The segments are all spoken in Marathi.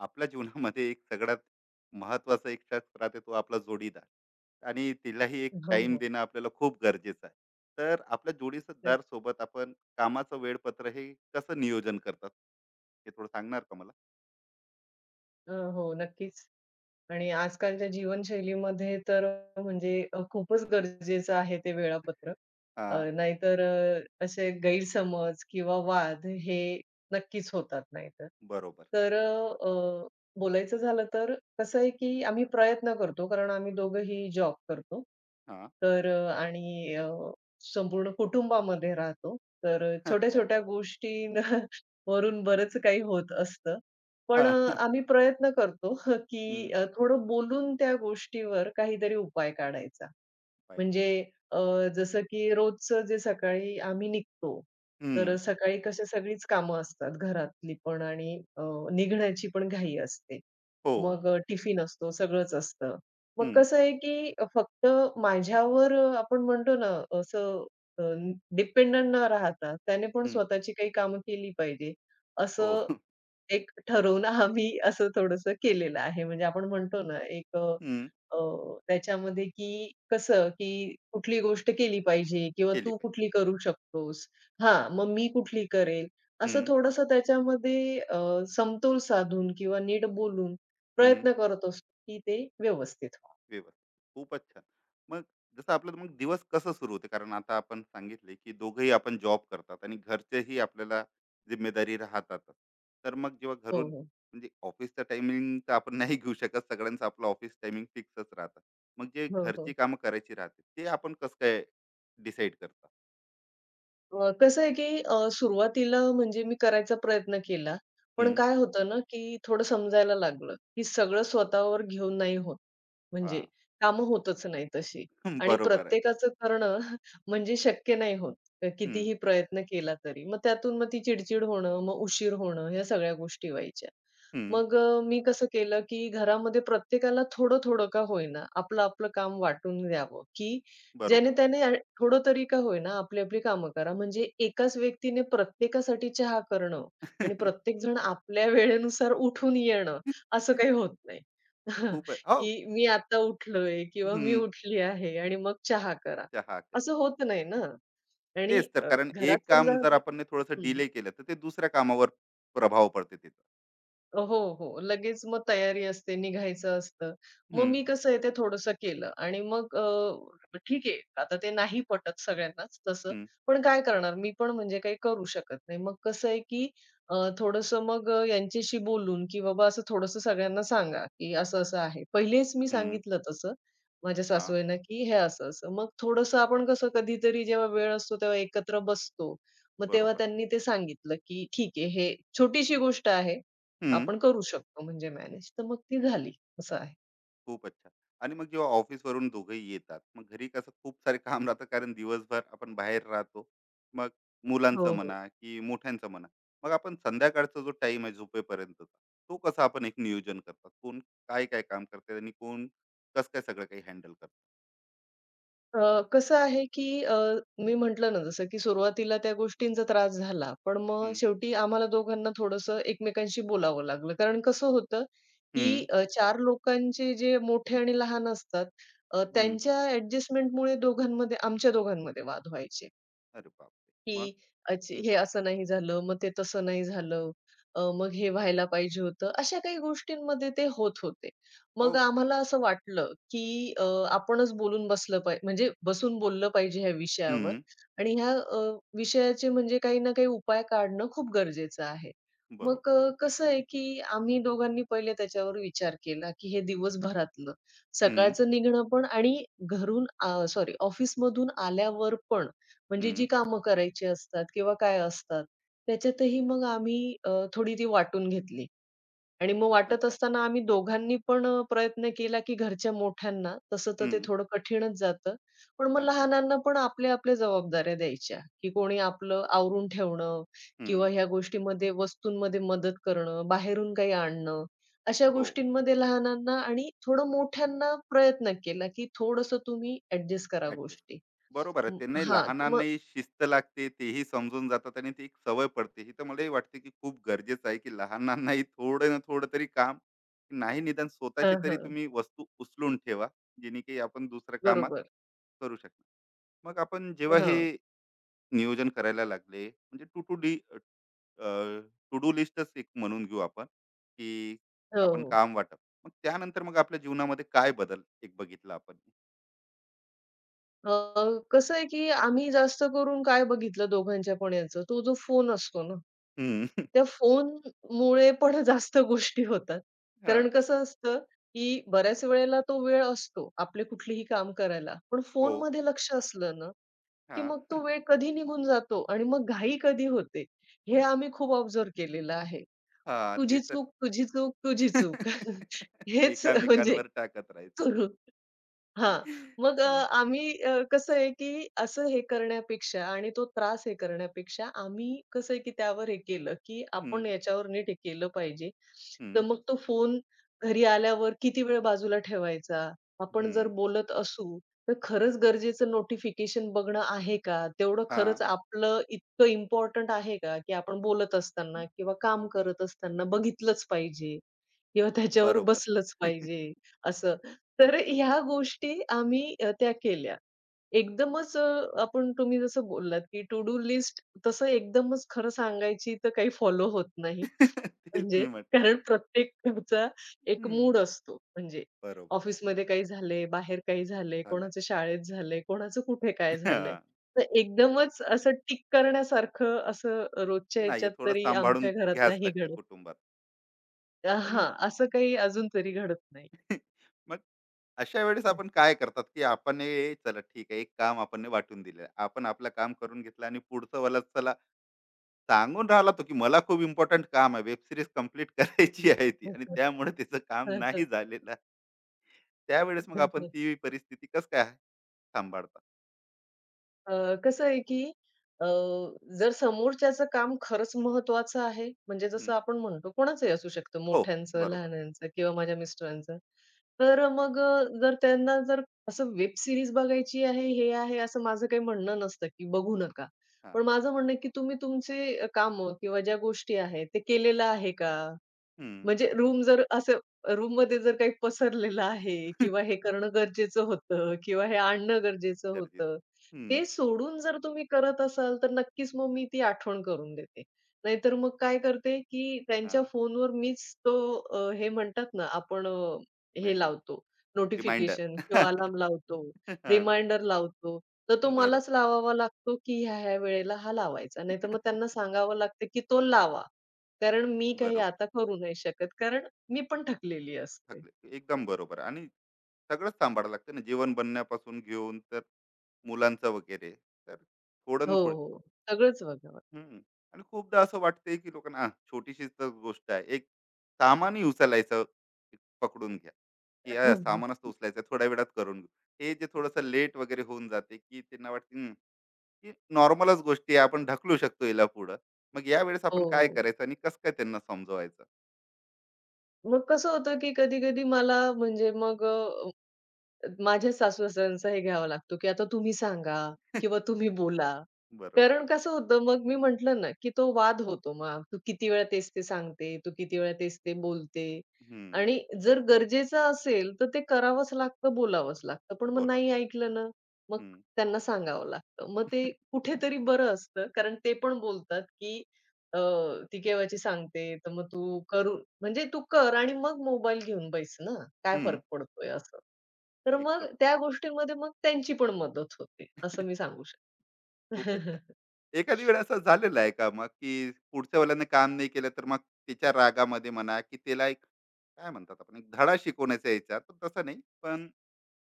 आपल्या जीवनामध्ये एक सगळ्यात महत्वाचा एक शख्स राहते, तो आपला जोडीदार. आणि तिलाही एक हो, टाइम हो. देणं आपल्याला खूप गरजेचं आहे. तर आपल्या नक्क जोडीदार सोबत आपण कामाचं वेळपत्र हे कसं नियोजन करतात, हे थोडं सांगणार का मला? हो, नक्कीच. आणि आजकालच्या जीवनशैलीमध्ये तर म्हणजे खूपच गरजेचं आहे ते वेळापत्रक. हा. नाहीतर असे गैरसमज किंवा वाद हे नक्कीच होतात नाहीतर. बरोबर. तर अ, अ, बोलायचं झालं तर कसं आहे, की आम्ही प्रयत्न करतो कारण आम्ही दोघंही जॉब करतो. हा. तर अ, आणि अ, संपूर्ण कुटुंबामध्ये राहतो. अच्छा. छोट्या-छोट्या वरून बरंच काही होत असतं. पण हा. अ, आम्ही प्रयत्न करतो, की हम्म. अ, थोडं बोलून त्या गोष्टीवर काहीतरी उपाय काढायचा. पाहिजे. म्हणजे अ, जसं की रोजचं जे सकाळी आम्ही निघतो, तर हम्म. सकाळी कसे सगळीच कामं असतात घरातली पण आणि निघण्याची पण घाई असते. हो. मग टिफिन असतो, सगळंच असतं. मग हम्म. कसं आहे की फक्त माझ्यावर आपण म्हणतो ना असं अ, डिपेंडंट न राहता त्याने पण हम्म. स्वतःची काही कामं केली पाहिजे, हो. असं एक ठरवून आम्ही असं थोडंसं केलेलं आहे. म्हणजे आपण म्हणतो ना एक अ, हम्म. अ, त्याच्यामध्ये की कसं की कुठली गोष्ट केली पाहिजे किंवा केली तू पाहिजे. कुठली करू शकतोस? हां, मग मी कुठली करेल? असं हम्म. थोडंसं त्याच्यामध्ये समतोल साधून किंवा नीट बोलून हम्म. प्रयत्न करत असतो की ते व्यवस्थित व्हावं. व्यवस्थित. खूपच छान. मग जसं आपलं मग दिवस कसं सुरू होते? कारण आता आपण सांगितले, की दोघंही आपण जॉब करतात आणि घरचेही आपल्याला जिम्मेदारी राहतातच. तर मग जेव्हा हो, घरून, हो. म्हणजे ऑफिसचा टायमिंग तर आपण नाही घेऊ शकत. सगळ्यांचं आपलं ऑफिस टायमिंग फिक्सच राहतं. मग जे हो, घरची हो. कामं करायची राहते, ते आपण कसं काय डिसाईड करता? कसं आहे की सुरुवातीला म्हणजे मी करायचा प्रयत्न केला. पण हं. काय होतं ना की थोडं समजायला लागलं की सगळं स्वतःवर घेऊन नाही होत. म्हणजे हां. कामं होतच नाही तशी आणि बरोबर आहे. प्रत्येकाचं करणं म्हणजे शक्य नाही होत. हं, कितीही प्रयत्न केला तरी. मग त्यातून मग ती चिड-चिड होणं, मग उशीर होणं ह्या सगळ्या गोष्टी व्हायच्या. हं. मग मी कसं केलं, की घरामध्ये प्रत्येकाला थोडं-थोडं का होईना, आपलं-आपलं काम वाटून द्यावं, की बरोबर. ज्याने त्याने थोडं तरी का होईना आपली-आपली कामं करा. म्हणजे एकाच व्यक्तीने प्रत्येकासाठी चहा करणं आणि प्रत्येकजण आपल्या वेळेनुसार उठून येणं असं काही होत नाही. खूप आहे. हो. की मी आता उठलोय किंवा मी हं. उठली आहे आणि मग चहा करा. चहा. असं होत नाही ना आणि तेच तर, कारण घरात एक काम समजा जर आपण थोडस डिले केलं, तर ते दुसऱ्या कामावर प्रभाव पडते तिथं. हो, हो. लगेच मग तयारी असते, निघायचं असतं. मग हम्म. मी कसं आहे ते थोडंसं केलं आणि मग ठीक आहे, आता ते नाही पटत सगळ्यांनाच तसं. हम्म. पण काय करणार मी पण म्हणजे काही करू शकत नाही. मग कसं आहे की थोडंसं मग यांच्याशी बोलून की बाबा असं थोडंसं सगळ्यांना सांगा की असं-असं आहे. पहिलेच मी हम्म. सांगितलं तसं माझ्या हा. सासूबाईंना की हे असं-असं. मग थोडंसं आपण कसं कधीतरी जेव्हा वेळ असतो तेव्हा एकत्र बसतो. मग तेव्हा बरोबर. त्यांनी ते सांगितलं की ठीक आहे, हे छोटीशी गोष्ट आहे. हम्म. आपण करू शकतो म्हणजे मॅनेज. तर मग ती झाली असं आहे. खूप अच्छा. आणि मग जेव्हा ऑफिस वरून दोघेही येतात, मग घरी कसं खूप सारे काम राहतं, कारण दिवसभर आपण बाहेर राहतो. मग मुलांचं हो, हो. म्हणा की मोठ्यांचं म्हणा, मग आपण संध्याकाळचा जो टाइम आहे झोपेपर्यंतचा, तो कसा आपण एक नियोजन करतात, कोण काय काय काम करते आणि कोण कस काय सगळं काही हॅन्डल करतात. कसं आहे की मी म्हटलं ना जसं की सुरुवातीला त्या गोष्टींचा त्रास झाला. पण मग हम्म. शेवटी आम्हाला दोघांना थोडंसं एकमेकांशी बोलावं लागलं. कारण कसं होतं हम्म. की 4 लोकांचे जे मोठे आणि लहान असतात हम्म. त्यांच्या ॲडजस्टमेंटमुळे आमच्या दोघांमध्ये वाद व्हायचे. अरे बापरे, की मग. अच्छा हम्म. हे असं नाही झालं, मग ते तसं नाही झालं. मग हे व्हायला पाहिजे होतं. अशा काही गोष्टींमध्ये ते होत होते. मग हो. आम्हाला असं वाटलं, की आपणच बोलून बसलं पाहिजे म्हणजे बसून बोललं पाहिजे ह्या विषयावर हम्म. आणि ह्या विषयाचे म्हणजे काही ना काही उपाय काढणं खूप गरजेचं आहे. मग बरोबर. अ, कसं आहे, की आम्ही दोघांनी पहिले त्याच्यावर विचार केला, की हे दिवसभरातलं, हं, सकाळचं निघणं पण आणि घरून सॉरी ऑफिसमधून आल्यावर पण. म्हणजे हं. जी कामं करायची असतात किंवा काय असतात, त्याच्यातही मग आम्ही थोडी ती वाटून घेतली आणि मग वाटत अच्छा. असताना आम्ही दोघांनी पण प्रयत्न केला, की घरच्या मोठ्यांना तसं तर ते हं. थोडं कठीणच जातं. पण मग अच्छा. लहानांना पण आपल्या आपल्या जबाबदाऱ्या द्यायच्या, की कोणी आपलं आवरून ठेवणं हं. किंवा ह्या गोष्टीमध्ये वस्तूंमध्ये मदत करणं, बाहेरून काही आणणं. अशा हो, गोष्टींमध्ये लहानांना आणि थोडं मोठ्यांना प्रयत्न केला, की थोडंसं तुम्ही ॲडजस्ट करा ॲडजस्ट. गोष्टी. बरोबर आहे. हं, त्यांनाही, हां, मग लहानांनाही शिस्त लागते, तेही समजून जातात आणि ती एक सवय पडते. ही तर मलाही वाटते, की खूप गरजेचं आहे, की लहानांनाही थोडं ना थोडं तरी काम. नाही, निदान स्वतःची हां, तरी हां. तुम्ही वस्तू उचलून ठेवा, जेणे की आपण दुसऱ्या कामात बरोबर. करू शकणार. मग आपण जेव्हा हे हां. नियोजन करायला लागले, म्हणजे to to D, to do लिस्टच एक म्हणून घेऊ आपण, की हो, आपण हो. काम वाटप. मग त्यानंतर मग आपल्या जीवनामध्ये काय बदल एक बघितला आपण? अ, कसं आहे, की आम्ही जास्त करून काय बघितलं दोघांच्या पण याचं, तो जो फोन असतो ना, हं. त्या फोनमुळे पण जास्त गोष्टी होतात. हां. कारण कसं असतं, की बऱ्याच वेळेला तो वेळ असतो आपले कुठलीही काम करायला. पण हो. फोनमध्ये लक्ष असलं ना, की हां. मग तो वेळ कधी निघून जातो आणि मग घाई कधी होते, हे आम्ही खूप ऑब्झर्व्ह केलेलं आहे. हां. ते तुझी तर. चूक, तुझी चूक, तुझी चूक. हेच म्हणजे एकामेकांवर टाकत राहायचं. सुरू. हां. मग अ, हां. आम्ही अ, कसं आहे, की असं हे करण्यापेक्षा आणि तो त्रास हे करण्यापेक्षा आम्ही कसं आहे, की त्यावर हे केलं, की हं, आपण याच्यावर नीट हे केलं पाहिजे. तर हं, मग तो फोन घरी आल्यावर किती वेळ बाजूला ठेवायचा? आपण जर हं. बोलत असू, तर खरंच गरजेचं नोटिफिकेशन बघणं आहे का? तेवढं हां. खरंच आपलं इतकं इम्पोर्टंट आहे का, की आपण बोलत असताना किंवा काम करत असताना बघितलंच पाहिजे किंवा त्याच्यावर बरोबर. बसलंच पाहिजे असं. तर ह्या गोष्टी आम्ही त्या केल्या. एकदमच आपण तुम्ही जसं बोललात, की टू डू लिस्ट तसं एकदमच खरं सांगायची तर काही फॉलो होत नाही. तेच म्हणजे मी म्हटलं. कारण प्रत्येकाचा एक हं. मूड असतो. म्हणजे बरोबर. ऑफिसमध्ये काही झालंय, बाहेर काही झालंय, झालंय. कोणाचं शाळेत झालंय, कोणाचं कुठे काय झालंय. हां. तर एकदमच असं टिक करण्यासारखं असं रोजच्या नाही, ह्याच्यात थोडं तरी सांभाळून आमच्या घरात घ्यावंच नाही लागते घडत. कुटुंबात. आणि मग. हां, असं काही अजून तरी घडत नाही. मग अशा वेळेस आपण काय करतात, की आपण हे चला ठीक आहे, एक काम आपण ने वाटून दिलं, आपण आपलं काम करून घेतलं आणि पुढचं वाला चला सांगून राहिला, तो की मला खूप इम्पॉर्टंट काम आहे, वेब सिरीज कम्प्लीट करायची आहे ती आणि त्यामुळे त्याचं काम नाही झालेलं आहे. त्यावेळेस मग आपण ती परिस्थिती कस काय सांभाळतात? कसं आहे की अ, जर समोरच्याचं काम खरंच महत्त्वाचं आहे, म्हणजे हम्म. जसं आपण म्हणतो कोणाचंही असू शकतं, हो, हो. मोठ्यांचं, बरोबर. लहानांचं किंवा माझ्या मिस्टरांचं. तर मग जर त्यांना जर असं वेब सीरीज बघायची आहे, हे आहे, असं माझं काही म्हणणं नसतं की बघू नका. हा. पण माझं म्हणणं आहे की तुम्ही तुमचे किंवा ज्या गोष्टी आहेत, ते केलेलं आहे का? हम्म. म्हणजे रूममध्ये जर काही पसरलेलं आहे किंवा हे करणं गरजेचं होतं किंवा हे आणणं गरजेचं होतं. गरजेचं. हम्म. ते सोडून जर तुम्ही करत असाल, तर नक्कीच मग मी ती आठवण करून देते. नाहीतर मग काय करते, की हा. त्यांच्या फोनवर मीच तो हे म्हणतात ना, आपण हे मेसेज. लावतो रिमाइंडर. नोटिफिकेशन किंवा अलार्म लावतो, हा. रिमाइंडर लावतो. तर तो बरोबर. मलाच लावावा लागतो, की ह्या-ह्या वेळेला हा लावायचा. नाहीतर मग त्यांना सांगावं लागतं, की तो लावा. कारण मी काही बरोबर. आता करू नाही शकत, कारण मी पण थकलेली असते. थकले एकदम, बरोबर. आणि सगळंच सांभाळावं लागतं ना, जेवण बनण्यापासून घेऊन, तर मुलांचं वगैरे, तर थोडं हो, ना थोडं. हो. सगळंच बघावं हम्म. आणि खूपदा असं वाटतंय, की लोकांना "आ, छोटीशीच तर गोष्ट आहे, एक सामानही उचलायचं पकडून घ्या," की "आ, लागतं. सामानच तर उचलायचं, थोड्या वेळात करून घेऊ." हे जे थोडंसं लेट वगैरे होऊन जाते, की त्यांना वाटते "हं, की नॉर्मलच गोष्टी आहे, आपण ढकलू शकतो याला पुढं." मग यावेळेस हो, आपण काय हो. करायचं आणि कसं काय त्यांना समजवायचं? मग कसं होतं, की कधी-कधी मला म्हणजे मग माझ्या सासू-सासऱ्यांचा हे घ्यावा लागतो, की आता तुम्ही सांगा किंवा तुम्ही बोला. बरोबर. कारण कसं होतं मग मी म्हटलं ना, की तो वाद होतो मग. तू किती वेळा तेच ते सांगते, तू किती वेळा तेच ते बोलते. हम्म. आणि जर गरजेचं असेल, तर ते करावंच लागतं, बोलावंच लागतं. पण मग बोला. नाही ऐकलं ना, मग हम्म. त्यांना सांगावं लागतं. मग ते कुठेतरी बरं असतं, कारण ते पण बोलतात, की अ, ती केव्हाची सांगते, तर मग तू करू म्हणजे तू कर आणि मग मोबाईल घेऊन बैस ना, काय हम्म. फरक पडतोय असं. तर मग एकदम. त्या गोष्टींमध्ये मग त्यांची पण मदत होते, असं मी सांगू शकते. खूपच छान. एखादी वेळ असं झालेलं आहे का मग, की पुढच्या वेळेला काम नाही केलं, तर मग तिच्या रागामध्ये म्हणा, की तिला एक काय म्हणतात, आपण एक धडा शिकवण्याचा यायचा, तर तसं नाही. पण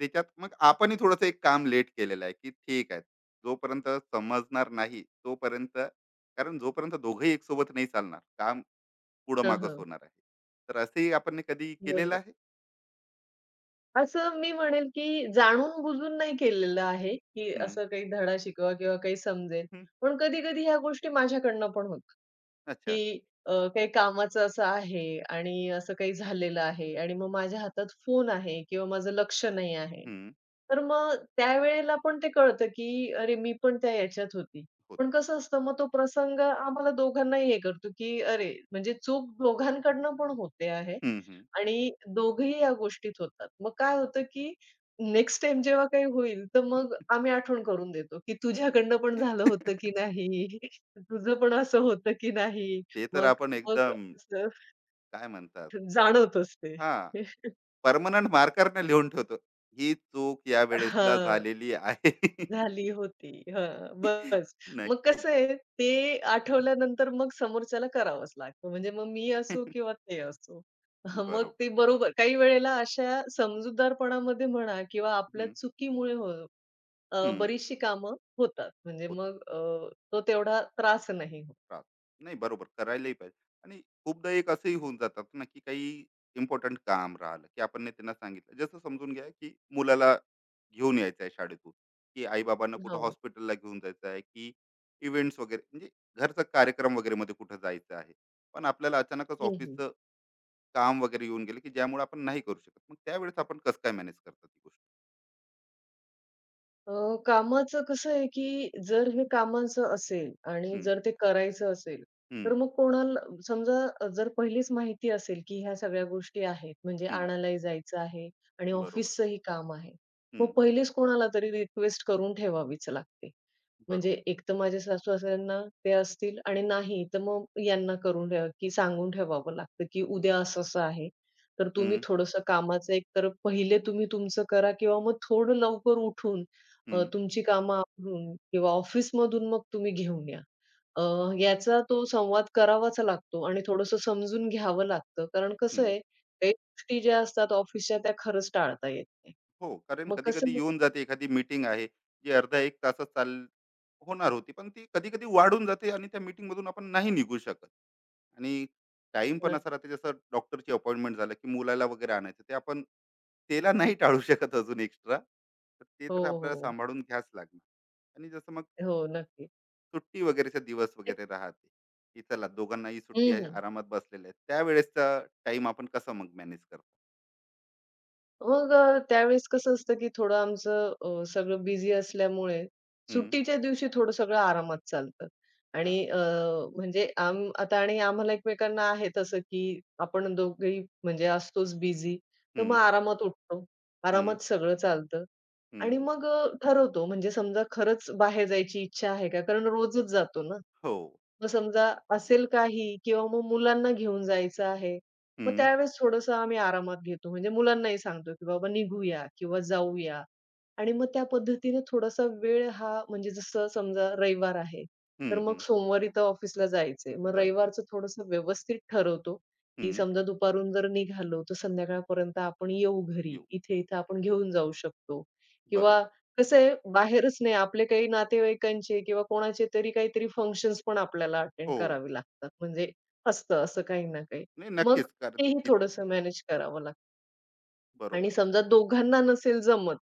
त्याच्यात मग आपणही थोडंसं एक काम लेट केलेलं आहे, की ठीक आहे. जोपर्यंत समजणार नाही तोपर्यंत, कारण जोपर्यंत दोघंही एकसोबत नाही चालणार, काम हं, पुढं-मागंच हं. होणार आहे. तर असंही आपण कधी केलेलं बरोबर. आहे? असं मी म्हणेल, की जाणून-बुजून नाही केलेलं आहे, की हं, असं काही धडा शिकवा किंवा काही समजेल. हं. पण कधी-कधी ह्या गोष्टी माझ्याकडनं पण होतात. की अच्छा. अ, काही कामाचं असं आहे आणि असं काही झालेलं आहे आणि मग माझ्या हातात फोन आहे किंवा माझं लक्ष नाही आहे. हं. तर मग त्यावेळेला पण ते कळतं की अरे, मी पण त्या याच्यात होती. हो. पण कसं असतं मग तो प्रसंग आम्हाला दोघांनाही हे करतो की अरे, म्हणजे चूक दोघांकडनं पण होते आहे हं, हं. आणि दोघंही या गोष्टीत होतात. मग काय होतं की नेक्स्ट टाईम जेव्हा काही होईल, तर मग आम्ही आठवण करून देतो की तुझ्याकडनं पण झालं होतं की नाही? तुझं पण असं होतं की नाही? ते तर मग आपण मग एकदम असं काय म्हणतात? जाणवतच ते. हां. पर्मनंट मार्करने लिहून ठेवतो. ही चूक या वेळेसला हां, झालेली आहे. झाली होती. हां, बस. मग नक्की. कसं आहे ते आठवल्यानंतर मग समोरच्याला करावंच लागतं. म्हणजे मग मी असो किंवा ते असो. हां, मग बरोबर. ते बरोबर काही वेळेला अशा समजूतदारपणामध्ये म्हणा किंवा आपल्या हं, चुकीमुळे हो हं. बरीचशी कामं होतात. म्हणजे होतं. मग अ, तो तेवढा त्रास नाही होत. त्रास. नाही, बरोबर. करायलाही पाहिजे. आणि खूपदा एक असंही होऊन जातात ना, की काही इम्पॉर्टंट काम राहिलं, की आपण नाही त्यांना सांगितलं, जसं समजून घ्या की मुलाला घेऊन यायचं आहे शाळेतून, की आई बाबांना कुठं हो. हॉस्पिटलला घेऊन जायचं आहे, की इव्हेंट्स वगैरे, म्हणजे घरचा कार्यक्रम वगैरे मध्ये कुठं जायचं आहे. पण आपल्याला अचानकच हं, हं. ऑफिसचं काम वगैरे येऊन गेलं, की ज्यामुळे आपण नाही करू शकत, मग त्यावेळेस आपण कसं काय मॅनेज करतो ती गोष्ट? अ, कामाचं कसं आहे, की जर हे कामाचं असेल आणि हम्म. जर ते करायचं असेल, तर हम्म. मग कोणाला समजा जर पहिलीच माहिती असेल, की ह्या सगळ्या गोष्टी आहेत, म्हणजे हम्म. आणायलाही जायचं आहे आणि बरोबर. ऑफिसचंही काम आहे. मग हम्म. पहिलेच कोणाला तरी रिक्वेस्ट करून ठेवावीच लागते. म्हणजे बरोबर. एक तर माझ्या सासू-सासऱ्यांना ते असतील आणि नाही तर मग यांना करून ठेवा, की सांगून ठेवावं लागतं, की उद्या असं-असं आहे. तर तुम्ही हम्म. थोडंसं कामाचं एकतर पहिले तुम्ही तुमचं करा किंवा मग थोडं लवकर उठून हम्म. तुमची कामं आवरून किंवा ऑफिसमधून मग तुम्ही घेऊन या. अ, याचा तो संवाद करावाच लागतो आणि थोडंसं समजून घ्यावं लागतं. कारण कसं हम्म. आहे, काही गोष्टी ज्या असतात ऑफिसच्या त्या खरंच टाळता येत नाही. हो, कारण मग कसं कधी-कधी मी येऊन जाते एखादी मीटिंग आहे, जी अर्धा 1 तासात चाल होणार होती. पण ती कधी-कधी वाढून जाते आणि त्या मीटिंगमधून आपण नाही निघू शकत. आणि टाईम पण असा राहते, जसं डॉक्टरची अपॉइंटमेंट झालं, की मुलाला वगैरे आणायचं. ते आपण त्याला नाही टाळू शकत अजून एक्स्ट्रा. तर ते हो, तर आपल्याला हो. सांभाळून घ्यावंच लागणार. आणि जसं मग हो, नक्की. सुट्टी वगैरेचे दिवस वगैरे राहते, की चला दोघांनाही सुट्टी हं, आहे, हं. आरामात बसलेले आहेत. त्यावेळेसचा टाईम आपण कसं मग मॅनेज करतो? मग त्यावेळेस कसं असतं, की थोडं आमचं सगळं बिझी असल्यामुळे हं. सुट्टीच्या दिवशी थोडं सगळं आरामात चालतं. आणि हां. अ, म्हणजे आता आणि आम्हाला एकमेकांना आहे तसं, की आपण दोघेही म्हणजे असतोच बिझी. तर मग हं, आरामात उठतो, हं, आरामात सगळं चालतं. हं. आणि मग ठरवतो म्हणजे समजा खरंच बाहेर जायची इच्छा आहे का? कारण रोजच जातो ना. हो. मग समजा असेल काही किंवा मग मुलांना घेऊन जायचं आहे. मग हं, त्यावेळेस थोडंसं आम्ही आरामात घेतो. म्हणजे मुलांनाही सांगतो, की "बाबा निघूया किंवा जाऊया." आणि मग त्या पद्धतीने थोडासा वेळ हा म्हणजे जसं समजा रविवार आहे, हं, तर मग हं. सोमवारी तर ऑफिसला जायचंय. मग जायचं. रविवारचं थोडंसं व्यवस्थित ठरवतो, की हं. समजा दुपारून जर निघालो, तर संध्याकाळपर्यंत आपण येऊ घरी. येऊ. इथे-इथे आपण घेऊन जाऊ शकतो किंवा बरोबर. कसं आहे बाहेरच नाही आपले काही नातेवाईकांचे किंवा कोणाचे तरी काहीतरी फंक्शन्स पण आपल्याला अटेंड हो. करावे लागतात. म्हणजे असतं असं काही ना काही. नाही, मग नक्कीच, कारण तेही ती. थोडंसं मॅनेज करावं लागतं. आणि बरोबर. समजा दोघांना नसेल जमत,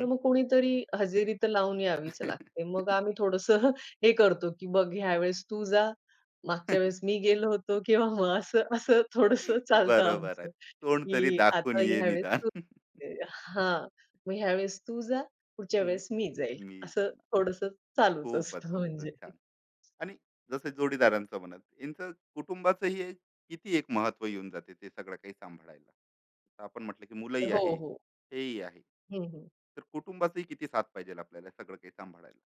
तर मग कोणीतरी हजेरी तर लावून यावीच लागते. मग आम्ही थोडंसं हे करतो, की बघ ह्यावेळेस तू जा, मागच्या वेळेस मी गेलो होतो किंवा मग असं असं थोडंसं चालतं बरोबर आहे. आमचं, कोण तरी की दाखवून आता ये ह्यावेळेस निदान. तू हां, मग ह्यावेळेस तू जा, पुढच्या हं, वेळेस मी जाईल. मी असं जाणार. थोडंसं चालूच खूपच असतं जास्त म्हणजे. छान. आणि जसं जोडीदारांचं म्हणत, यांचं कुटुंबाचंही एक किती एक महत्त्व येऊन जाते ते सगळं काही सांभाळायला. आता आपण म्हटलं की मुलंही हो, आहे, हो. हेही आहे. हं, हं. तर कुटुंबाचंही किती साथ पाहिजेल आपल्याला सगळं काही सांभाळायला.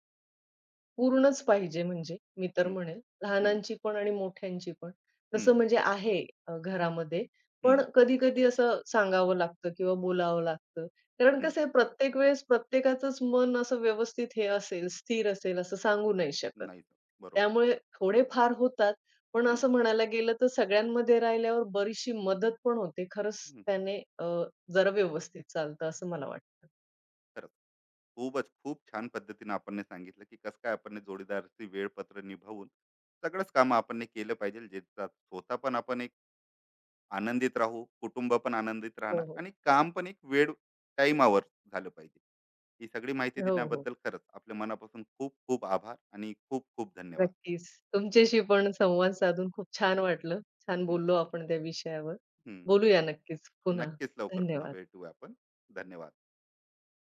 पूर्णच पाहिजे म्हणजे, मी तर हं, म्हणेल. हं, लहानांची पण आणि मोठ्यांची पण. हं, तसं म्हणजे आहे घरामध्ये. पण हं. कधी-कधी असं सांगावं लागतं किंवा बोलावं लागतं. कारण कसं आहे प्रत्येक वेळेस प्रत्येकाचंच मन असं व्यवस्थित हे असेल, स्थिर असेल असं सांगू नाही शकत. नाही सर. बरोबर. त्यामुळे थोडेफार होतात. पण हं, असं म्हणायला गेलं तर सगळ्यांमध्ये राहिल्यावर बरीचशी मदत पण होते. खरंच हं. त्याने जरा व्यवस्थित चालतं असं मला वाटतं. खरंच. खूपच खूप छान पद्धतीने आपण हे सांगितलं, की कसं काय आपण ने जोडीदाराची वेळपत्र निभावून सगळंच कामं आपण ने केलं पाहिजे, ज्याचा स्वतः पण आपण एक आनंदित राहू, कुटुंब पण आनंदित हो, राहणार हो. आणि काम पण एक वेळ टाईमावर झालं पाहिजे. ही सगळी माहिती हो, हो. दिल्याबद्दल खरंच आपल्या मनापासून खूप खूप आभार आणि खूप खूप धन्यवाद. नक्कीच. तुमच्याशी पण संवाद साधून खूप छान वाटलं. छान हं, बोललो आपण त्या विषयावर. हं. बोलूया नक्कीच पुन्हा. नक्कीच लवकर पुन्हा धन्यवाद. भेटूया आपण. धन्यवाद.